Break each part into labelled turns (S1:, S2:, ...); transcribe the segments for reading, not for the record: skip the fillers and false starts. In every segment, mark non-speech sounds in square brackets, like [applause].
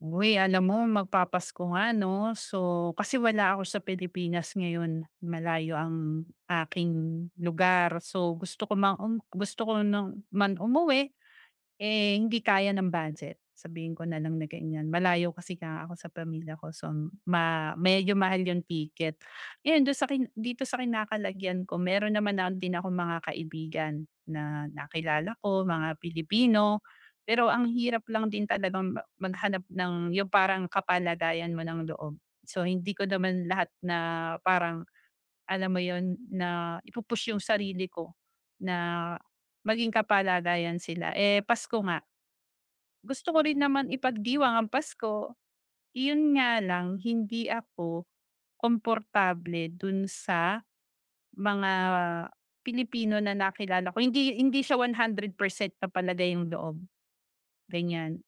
S1: Uy, alam mo magpapasko nga 'no. So, kasi wala ako sa Pilipinas ngayon, malayo ang aking lugar. So, gusto ko ng man umuwi eh, hindi kaya ng budget, sabihin ko na lang na ganyan. Malayo kasi nga ako sa pamilya ko so medyo mahal yung ticket. Ayun dun sa kin dito sa kinakalagyan ko meron naman na din ako mga kaibigan na nakilala ko, mga Pilipino. Pero ang hirap lang din talagang maghanap ng yung parang kapalagayan mo ng loob. So hindi ko naman lahat na parang alam mo yon na yung sarili ko na maging kapalagayan sila. Eh, Pasko nga gusto ko rin naman ipagdiwang ang Pasko, iyon nga lang hindi ako komportable dun sa mga Pilipino na nakilala ko. Hindi hindi siya 100% na palagay yung loob, ganyan.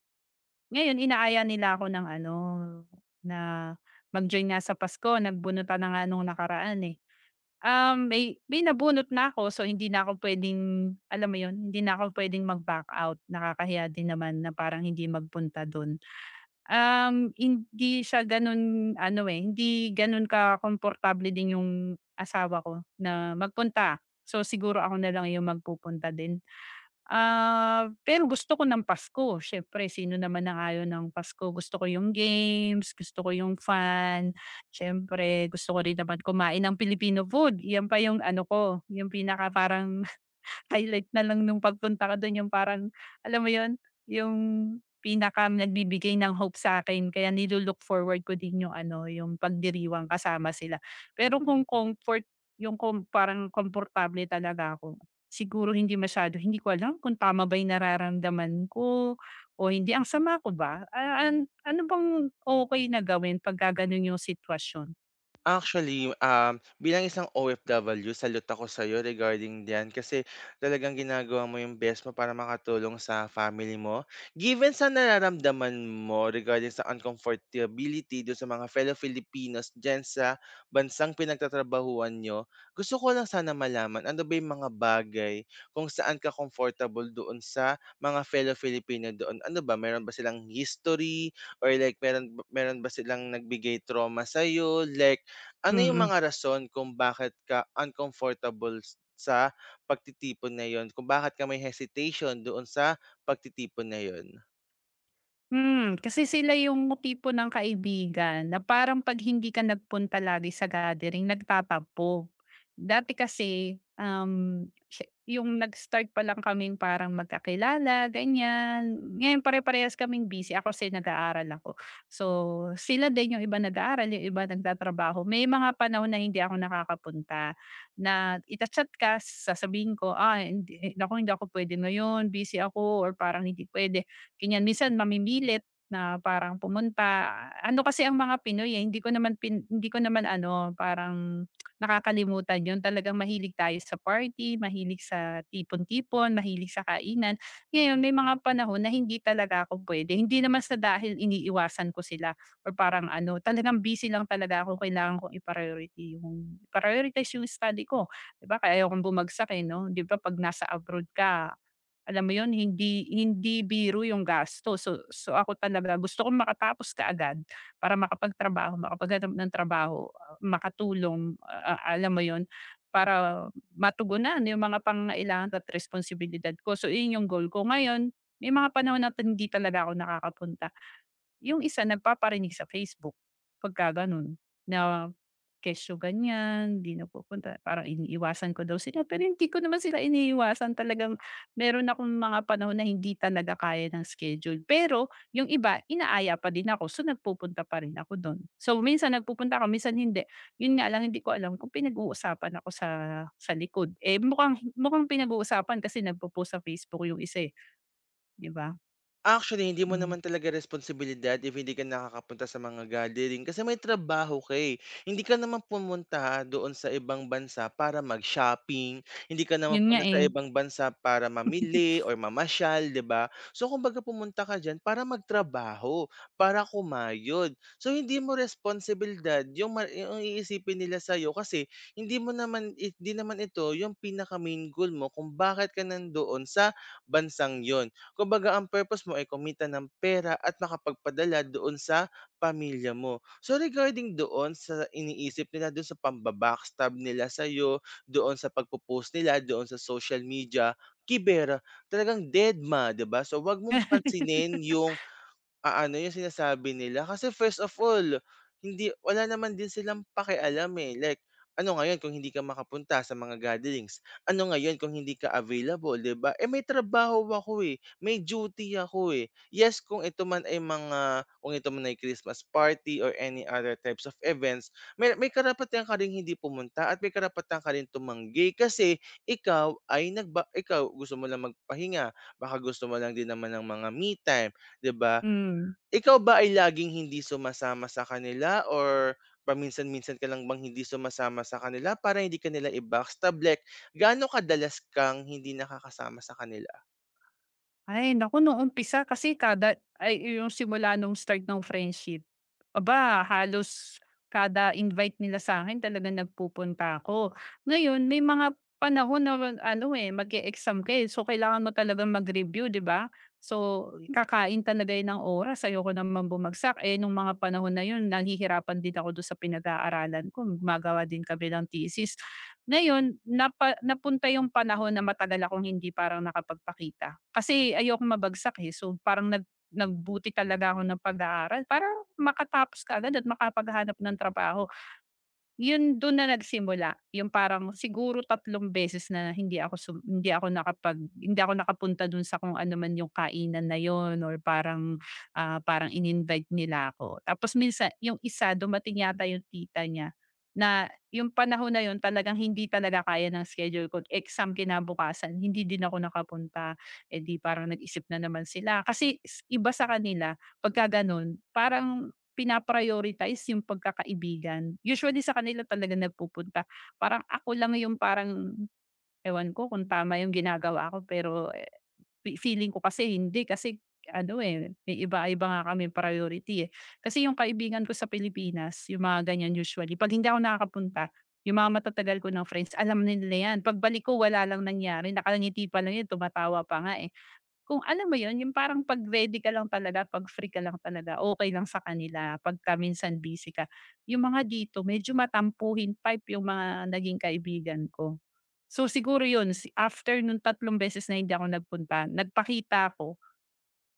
S1: Ngayon inaaya nila ako ng ano, na mag-join nga sa Pasko, nagbunutan na nga nung nakaraan, eh. Um, may may nabunot na ako so hindi na ako puwedeng, alam mo yun, hindi na ako puwedeng mag-back out. Nakakahiya din naman na parang hindi magpunta dun. Hindi siya gano'n ano, eh, hindi gano'n komportable din yung asawa ko na magpunta. So, siguro ako na lang yung magpupunta din. Ah, pero gusto ko ng Pasko, siyempre sino naman ang ayaw ng Pasko. Gusto ko yung games, gusto ko yung fun, siyempre gusto ko rin naman kumain ng Filipino food. Yan pa yung ano ko, yung pinaka parang highlight na lang nung pagpunta ko dun yung parang, alam mo yun, yung pinaka nagbibigay ng hope sa akin kaya forward ko din yung ano, yung pagdiriwang kasama sila. Pero yung kung parang komportable talaga ako, siguro hindi masyado. Hindi ko alam kung tama ba yung nararamdaman ko o hindi. Ang sama ko ba? Ah, ano bang okey na gawin pagka ganun yung sitwasyon?
S2: Actually, bilang isang OFW, salute ako sa'yo regarding diyan kasi talagang ginagawa mo yung best mo para makatulong sa family mo. Given sa nararamdaman mo regarding sa uncomfortability do sa mga fellow Filipinos diyan sa bansang pinagtatrabahuan niyo, gusto ko lang sana malaman ano ba yung mga bagay kung saan ka comfortable doon sa mga fellow Filipino doon? Ano ba, meron ba silang history or like meron meron ba silang nagbigay trauma sa'yo, like ano yung
S1: Mm.
S2: mga rason kung bakit ka uncomfortable sa pagtitipon na yun? Kung bakit ka may hesitation doon sa pagtitipon na yun?
S1: Kasi sila yung tipo ng kaibigan na parang 'pag hindi ka nagpunta lagi sa gathering nagtatampo. Dati kasi, siya yung nag-start pa lang kaming parang magkakilala ganyan, ngayon pare-parehas kaming busy ako kasi nag-aaral ako. So, sila din yung iba nag-aaral, yung iba nagtatrabaho. May mga panahon na hindi ako nakakapunta na i-cha-chat ka sasabihin ko, "Ah, hindi eh, naku hindi ako puwede ngayon, busy ako," or parang, "Hindi pwede ganyan, minsan mamimilit na parang pumunta." Ano kasi ang mga Pinoy, eh, hindi ko naman ano, parang nakakalimutan yon. Talagang mahilig tayo sa party, mahilig sa tipon-tipon, mahilig sa kainan. Ngayon may mga panahon na hindi talaga ako puwede. Hindi naman sa dahil iniiwasan ko sila or parang ano, talagang busy lang talaga ako. Kailangan kong i-priority yung prioritize yung study ko, 'di ba? Kaya ayokong bumagsak, eh, 'no? 'Di ba 'pag nasa abroad ka, alam mo yon hindi hindi biro yung gastos. So ako talaga gusto kong makatapos kaagad para makapagtrabaho, makapaghanap ng trabaho, ah, makatulong, a alam mo yon para matugunan yung mga pangangailangan at responsibilidad ko. So 'yun yung goal ko. Ngayon, may mga panahon na hindi talaga ako nakakapunta. Yung isa nagpaparinig sa Facebook pagka gano'n na kesyo ganyan, 'di napupunta parang iniiwasan ko daw sila, pero hindi ko naman sila iniiwasan talagang meron akong mga panahon na hindi talaga kaya ng schedule. Pero yung iba inaaya pa din ako, so nagpupunta pa rin ako do'n. So minsan nagpupunta ako, minsan hindi. Yun nga lang hindi ko alam kung pinag-uusapan ako sa likod, eh, mukhang mukhang pinag-uusapan kasi nagpo-post sa Facebook yung isa, eh, 'di ba?
S2: Actually, hindi mo
S1: Hmm,
S2: naman talaga responsibilidad if hindi ka nakakapunta sa mga gathering kasi may trabaho ka, eh. Hindi ka naman pumunta doon sa ibang bansa para mag-shopping, hindi ka naman
S1: Yun nga,
S2: pumunta sa
S1: eh.
S2: ibang bansa para mamili or mamasyal, 'di ba? So, kumbaga pumunta ka diyan para magtrabaho, para kumayod. So, hindi mo responsibilidad yung yung iisipin nila sa'yo kasi hindi naman ito yung pinaka-main goal mo kung bakit ka nandoon sa bansang 'yon. Kumbaga ang purpose mo ay kumita ng pera at makapagpadala doon sa pamilya mo. So regarding doon sa iniisip nila doon sa pamba-backstab nila sa'yo, doon sa pagpo-post nila, doon sa social media, kiber, talagang dedma, 'di ba? So 'wag mong
S1: [laughs]
S2: pansinin yung yung sinasabi nila kasi first of all, wala naman din silang pakialam, eh, like ano ngayon kung hindi ka makapunta sa mga gatherings, ano ngayon kung hindi ka available, 'di ba? Eh, may trabaho ako, eh, may duty ako, eh. Yes, kung ito man ay Christmas party or any other types of events, may karapatan ka ring hindi pumunta at may karapatan ka rin tumanggi kasi ikaw ay nagba ikaw gusto mo lang magpahinga, baka gusto mo lang din naman ng mga me time, 'di ba?
S1: Hmm.
S2: Ikaw ba ay laging hindi sumasama sa kanila or paminsan-minsan ka lang bang hindi sumasama sa kanila para hindi ka nila i-backstab? Like, gaano kadalas kang hindi nakakasama sa kanila?
S1: Ay naku, nung umpisa kasi kada ay yung simula nung start ng friendship, aba halos kada invite nila sa akin talaga nagpupunta ako. Ngayon may mga panahon na ano, eh, mag exam ka, eh, so kailangan mo talaga mag-review, 'di ba? So, kakain talaga yun ng oras, ayoko naman bumagsak. Eh, nung mga panahon na yun nahihirapan din ako dun sa pinag-aaralan ko, gumagawa din kami ng thesis. Ngayon napunta yung panahon na matagal akong hindi parang nakapagpakita. Kasi ayoko mabagsak, eh, so parang nagbuti talaga ako ng pag-aaral para makatapos kaagad at makapaghanap ng trabaho. Yun dun na nagsimula, yung parang siguro tatlong beses na hindi ako sum hindi ako nakapag hindi ako nakapunta dun sa kung ano man yung kainan na yun or parang, parang in-invite nila ako. Tapos minsan yung isa dumating yata yung tita niya na yung panahon na yun talagang hindi talaga kaya ng schedule ko, exam kinabukasan hindi din ako nakapunta. Eh, di parang nag-isip na naman sila kasi iba sa kanila pagka ganun parang pina yung pagkakaibigan. Usually sa kanila talaga nagpupunta. Parang ako lang yung parang ewan ko kung tama yung ginagawa ko pero, eh, feeling ko kasi hindi kasi ano, eh, may iba-iba nga kaming priority, eh. Kasi yung kaibigan ko sa Pilipinas, yung mga ganyan usually 'pag hindi ako nakakapunta, yung mga matatagal ko ng friends alam na nila 'yan. Pagbalik ko wala lang nangyari, nakangiti pa lang 'yan, tumatawa pa nga, eh. Kung alam mo yun, yung parang 'pag ready ka lang talaga, 'pag free ka lang talaga, okay lang sa kanila pagka minsan busy ka. Yung mga dito medyo matampuhin yung mga naging kaibigan ko. So siguro yun after nung tatlong beses na hindi ako nagpunta, nagpakita ako.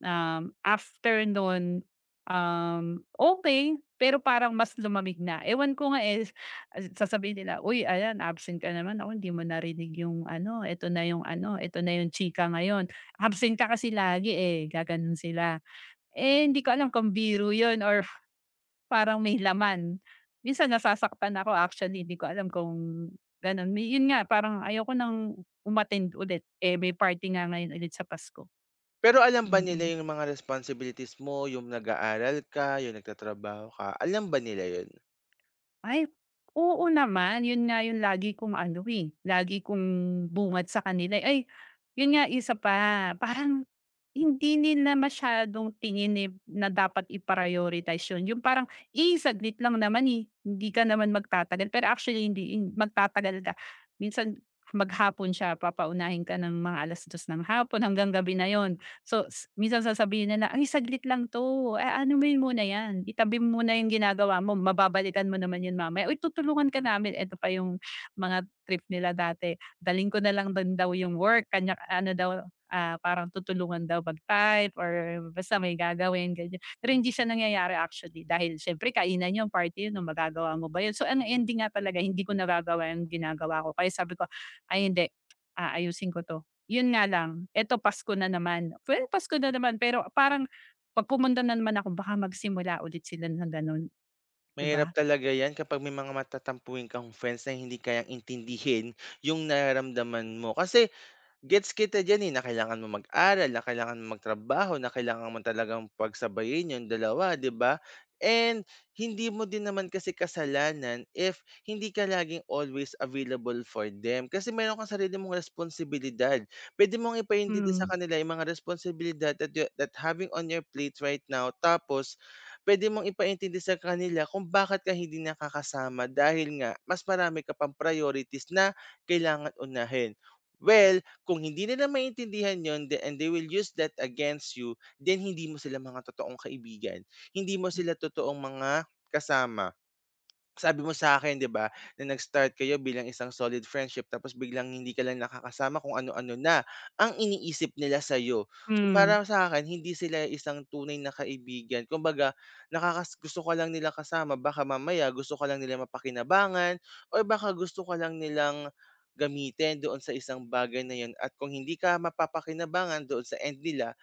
S1: After nun, okay pero parang mas lumamig na. Ewan ko nga, eh, sasabihin nila, "Uy, ayan absent ka naman." Naku, hindi mo narinig yung ano, eto na yung ano, eto na yung chika ngayon. Absent ka kasi lagi, eh, gaganon sila. Eh, hindi ko alam kung biro yun or parang may laman. Minsan nasasaktan ako actually, hindi ko alam kung ganon. Yun nga, parang ayoko ng umattend ulit, eh, may party nga ngayon ulit sa Pasko,
S2: Pero alam ba
S1: mm.
S2: nila
S1: Mm.
S2: yung mga responsibilities mo, yung nag-aaral ka, yung nagtatrabaho ka, alam ba nila yun?
S1: Ay, oo naman. Yun nga yung lagi kong ano, eh, lagi kong bungad sa kanila, eh. Ay, yun nga isa pa, parang hindi nila masyadong tingin, eh, na dapat i-prioritize yun. Yung parang, "Eh, saglit lang naman, eh, hindi ka naman magtatagal." Pero actually hindi, magtatagal ka. Minsan maghapon siya, papaunahin ka ng mga alas dos ng hapon hanggang gabi na yon. So, minsan sasabihin nila, "Ay saglit lang 'to, eh ano mo muna 'yan, itabi mo muna 'yung ginagawa mo, mababalikan mo naman 'yun mamaya. Uy tutulungan ka namin." Eto pa 'yung mga trip nila dati, dalhin ko na lang din daw 'yung work kanya ano daw, parang tutulungan daw mag-type or basta may gagawin ganiyan. Pero hindi siya nangyayari actually dahil siyempre kainan yung party 'yun, oh, magagawa mo ba 'yun? So, ang ending nga talaga hindi ko nagagawa 'yung ginagawa ko kaya sabi ko, "Ay hindi, aayusin ko 'to." Yun nga lang, eto Pasko na naman. Well, Pasko na naman pero parang 'pag pumunta na naman ako baka magsimula ulit sila ng gano'n, 'di
S2: Mahirap
S1: ba?
S2: talaga yan kapag may mga matatampuin kang friends na hindi kayang intindihin yung nararamdaman mo. Kasi gets kita diyan, eh, na kailangan mo mag-aral, na kailangan mong magtrabaho, na kailangan mo talagang pagsabayin yung dalawa, 'di ba? And hindi mo din naman kasi kasalanan if hindi ka laging always available for them kasi meron kang sarili mong responsibilidad. Puwede mong ipaintindi sa
S1: Hmm.
S2: kanila yung mga responsibilidad that having on your plate right now, tapos puwede mong ipaintindi sa kanila kung bakit ka hindi nakakasama dahil nga mas marami ka pang priorities na kailangan unahin. Well, kung hindi nila maintindihan yon, and they will use that against you, then hindi mo sila mga totoong kaibigan, hindi mo sila totoong mga kasama. Sabi mo sa akin 'di ba, na nag-start kayo bilang isang solid friendship tapos biglang hindi ka lang nakakasama, kung ano-ano na ang iniisip nila sa iyo. So,
S1: Hmm,
S2: para sa akin hindi sila isang tunay na kaibigan, kumbaga gusto ka lang nila kasama, baka mamaya gusto ka lang nila mapakinabangan o baka gusto ka lang nilang gamitin doon sa isang bagay na 'yun, at kung hindi ka mapapakinabangan doon sa end nila,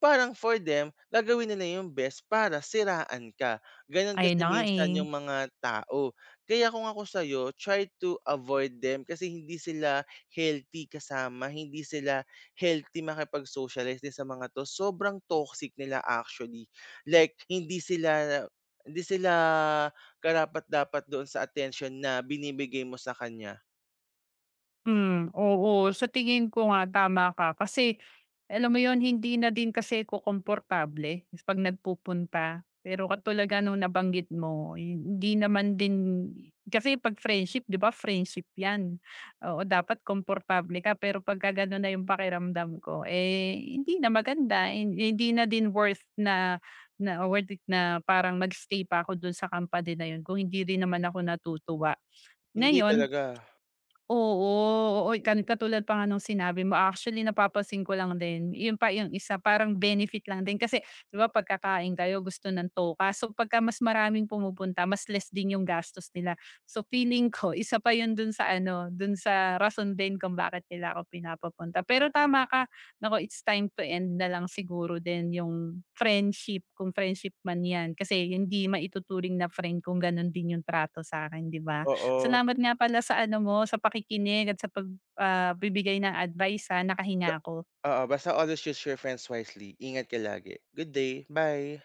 S2: parang for them, gagawin nila yung best para siraan ka. Gano'n
S1: Ayun
S2: kasi
S1: na nga,
S2: minsan
S1: eh.
S2: yung mga tao. Kaya kung ako sa'yo, try to avoid them kasi hindi sila healthy kasama, hindi sila healthy makipag-socialize din sa mga 'to. Sobrang toxic nila actually. Like hindi sila karapat-dapat doon sa attention na binibigay mo sa kanya.
S1: Hmm, oo. Sa tingin ko nga tama ka kasi alam mo yon hindi na din kasi ko komportable 'pag nagpupunta. Pero katulad nga nung nabanggit mo, hindi naman din kasi 'pag friendship 'di ba friendship 'yan. Oo, dapat komportable ka pero pagka gano'n na 'yung pakiramdam ko, eh, hindi na maganda, hindi na din worth na na worth it na parang pa ako dun sa company na 'yun kung hindi rin naman ako natutuwa.
S2: Hindi
S1: Ngayon.
S2: talaga,
S1: Oo, oo, katulad pa nga nung sinabi mo. Actually, napapansin ko lang din, yun pa yung isa, parang benefit lang din kasi 'di ba pagkakain kayo gusto ng toka. So, pagka mas maraming pumupunta, mas less din yung gastos nila. So, feeling ko [laughs] isa pa yun dun sa ano, dun sa rason din kung bakit nila ako pinapapunta. Pero tama ka, naku, it's time to end na lang siguro din yung friendship, kung friendship man 'yan. Kasi hindi maituturing na friend kung ganun din yung trato sa akin 'di ba?
S2: oo.
S1: Salamat nga pala sa ano mo, sa pakikinig at sa pagbibigay ng advice ha, nakahinga ako.
S2: Oo, basta always choose your friends wisely. Ingat ka lagi. Good day, bye.